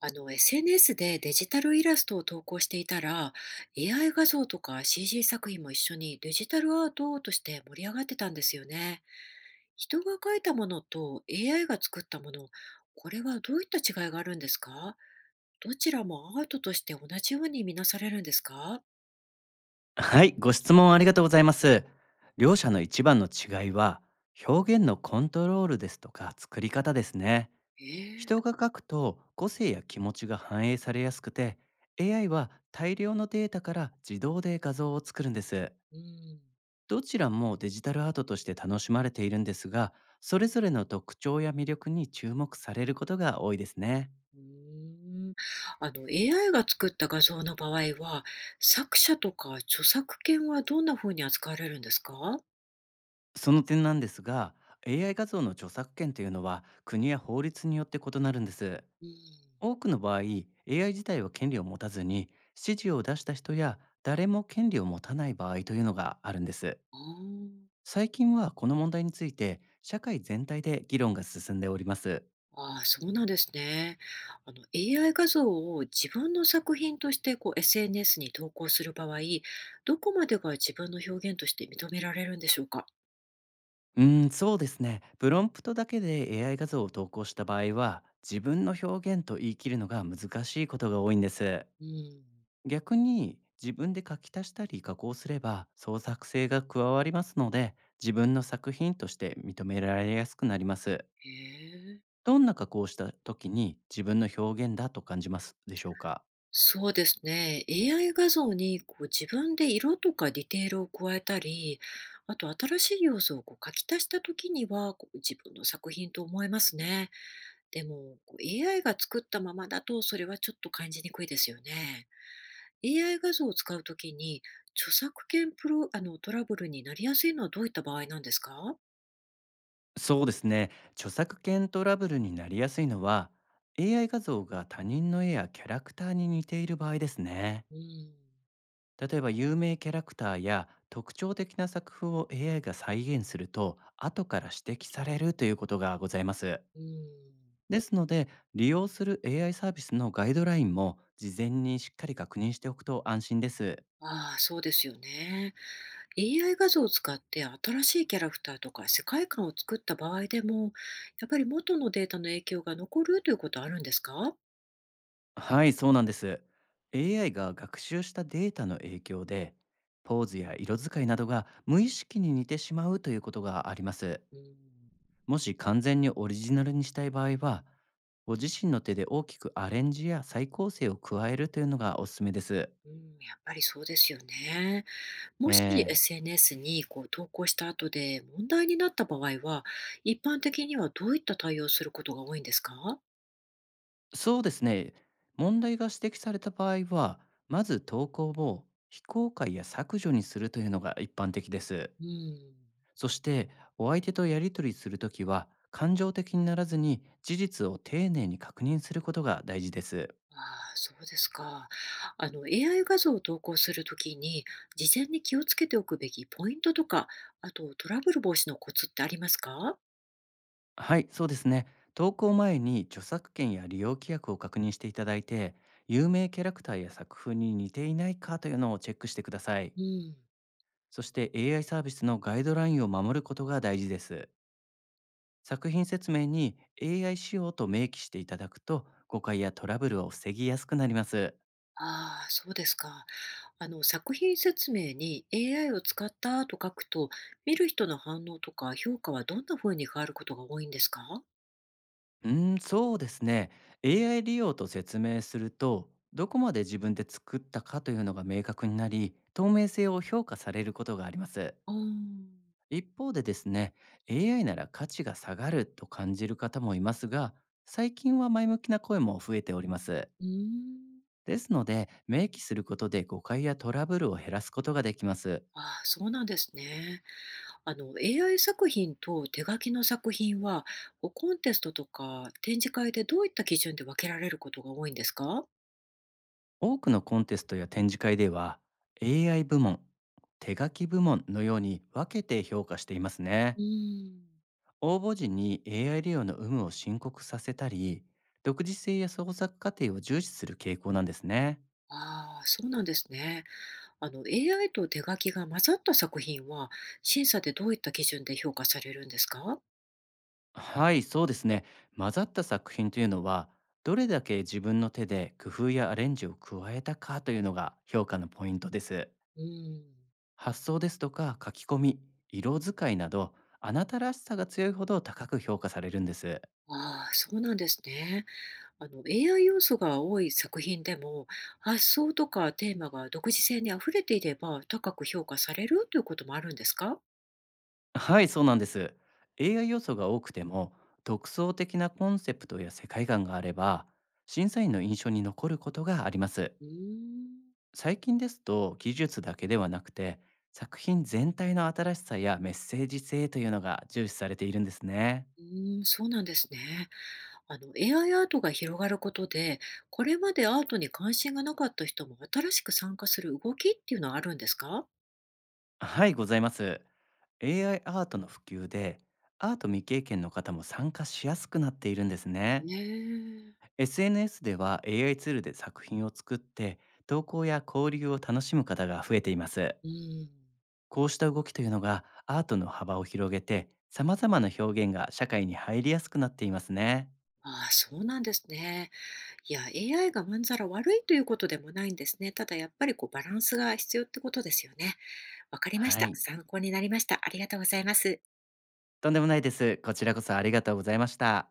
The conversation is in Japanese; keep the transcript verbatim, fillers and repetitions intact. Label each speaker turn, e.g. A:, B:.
A: あの、エスエヌエス でデジタルイラストを投稿していたら、エーアイ 画像とか シージー 作品も一緒にデジタルアートとして盛り上がってたんですよね。人が描いたものと エーアイ が作ったもの、これはどういった違いがあるんですか？どちらもアートとして同じように見なされるんですか？
B: はい、ご質問ありがとうございます。両者の一番の違いは、表現のコントロールですとか作り方ですね。
A: ええ。
B: 人が書くと個性や気持ちが反映されやすくて、エーアイ は大量のデータから自動で画像を作るんです。
A: うん。
B: どちらもデジタルアートとして楽しまれているんですが、それぞれの特徴や魅力に注目されることが多いですね。
A: うーん。あの エーアイ が作った画像の場合は、作者とか著作権はどんな風に扱われるんですか？
B: その点なんですが、エーアイ 画像の著作権というのは国や法律によって異なるんです。
A: うん。
B: 多くの場合 エーアイ 自体は権利を持たずに指示を出した人や誰も権利を持たない場合というのがあるんです。
A: ああ。
B: 最近はこの問題について社会全体で議論が進んでおります。
A: ああ、そうなんですね。あの、エーアイ 画像を自分の作品としてこう エスエヌエス に投稿する場合、どこまでが自分の表現として認められるんでしょうか？
B: うーんそうですね、プロンプトだけで エーアイ 画像を投稿した場合は自分の表現と言い切るのが難しいことが多いんです。
A: うん。
B: 逆に自分で書き足したり加工すれば創作性が加わりますので、自分の作品として認められやすくなります。
A: へえ。
B: どんな加工をした時に自分の表現だと感じますでしょうか。
A: そうですね。エーアイ 画像にこう自分で色とかディテールを加えたり、あと新しい要素をこう書き足した時にはこう自分の作品と思えますね。でもこう エーアイ が作ったままだとそれはちょっと感じにくいですよね。エーアイ 画像を使うときに、著作権プロ、あの、トラブルになりやすいのはどういった場合なんですか？
B: そうですね、著作権トラブルになりやすいのは エーアイ 画像が他人の絵やキャラクターに似ている場合ですね。
A: うん、
B: 例えば有名キャラクターや特徴的な作風を エーアイ が再現すると後から指摘されるということがございます。
A: うん。
B: ですので、利用する エーアイ サービスのガイドラインも事前にしっかり確認しておくと安心です。
A: ああ、そうですよね。エーアイ 画像を使って新しいキャラクターとか世界観を作った場合でも、やっぱり元のデータの影響が残るということはあるんですか？
B: はい、そうなんです。エーアイ が学習したデータの影響で、ポーズや色使いなどが無意識に似てしまうということがあります。
A: うん、
B: もし完全にオリジナルにしたい場合は、ご自身の手で大きくアレンジや再構成を加えるというのがおすすめです。
A: うん、やっぱりそうですよね。もし
B: ええ、
A: エスエヌエス にこう投稿した後で問題になった場合は、一般的にはどういった対応をすることが多いんですか？
B: そうですね。問題が指摘された場合は、まず投稿を非公開や削除にするというのが一般的です。
A: うん。
B: そして、お相手とやり取りするときは感情的にならずに事実を丁寧に確認することが大事です。
A: ああ、そうですか。あの、エーアイ 画像を投稿するときに、事前に気をつけておくべきポイントとか、あとトラブル防止のコツってありますか？
B: はい、そうですね。投稿前に著作権や利用規約を確認していただいて、有名キャラクターや作風に似ていないかというのをチェックしてください。
A: うん。
B: そして エーアイ サービスのガイドラインを守ることが大事です。作品説明に エーアイ 仕様と明記していただくと誤解やトラブルを防ぎやすくなります。
A: ああ、そうですか。あの、作品説明に エーアイ を使ったと書くと、見る人の反応とか評価はどんな風に変わることが多いんですか？
B: うーん、そうですね。エーアイ 利用と説明すると、どこまで自分で作ったかというのが明確になり、透明性を評価されることがあります。
A: ああ。
B: 一方でですね、エーアイ なら価値が下がると感じる方もいますが、最近は前向きな声も増えております。
A: うーん。
B: ですので、明記することで誤解やトラブルを減らすことができます。
A: ああ、そうなんですね。あの、エーアイ 作品と手書きの作品は、こうコンテストとか展示会でどういった基準で分けられることが多いんですか？
B: 多くのコンテストや展示会では、エーアイ 部門、手書き部門のように分けて評価しています
A: う
B: ね。
A: ーん。
B: 応募時に エーアイ 利用の有無を申告させたり、独自性や創作過程を重視する傾向なんですね。
A: ああ、そうなんですね。あの、エーアイ と手書きが混ざった作品は、審査でどういった基準で評価されるんですか？
B: はい、そうですね。混ざった作品というのは、どれだけ自分の手で工夫やアレンジを加えたかというのが評価のポイントです。
A: うーん。
B: 発想ですとか書き込み、色使いなど、あなたらしさが強いほど高く評価されるんです。
A: ああ、そうなんですね。あの エーアイ 要素が多い作品でも、発想とかテーマが独自性にあふれていれば高く評価されるということもあるんですか？
B: はい、そうなんです。エーアイ 要素が多くても、独創的なコンセプトや世界観があれば、審査員の印象に残ることがあります。
A: うーん。
B: 最近ですと、技術だけではなくて、作品全体の新しさやメッセージ性というのが重視されているんですね。
A: うーん、そうなんですね。あの エーアイ アイアートが広がることで、これまでアートに関心がなかった人も新しく参加する動きっていうのはあるんですか？
B: はい、ございます。エーアイ アイアートの普及で、アート未経験の方も参加しやすくなっているんですね。
A: ねえ。
B: エスエヌエス では エーアイ ツールで作品を作って投稿や交流を楽しむ方が増えています。
A: うん。
B: こうした動きというのがアートの幅を広げて、様々な表現が社会に入りやすくなっていますね。
A: ああ、そうなんですね。いや、エーアイ がまんざら悪いということでもないんですね。ただやっぱりこうバランスが必要ってことですよね。わかりまし
B: は
A: た。
B: い、
A: 参考になりました。ありがとうございます。
B: とんでもないです。こちらこそありがとうございました。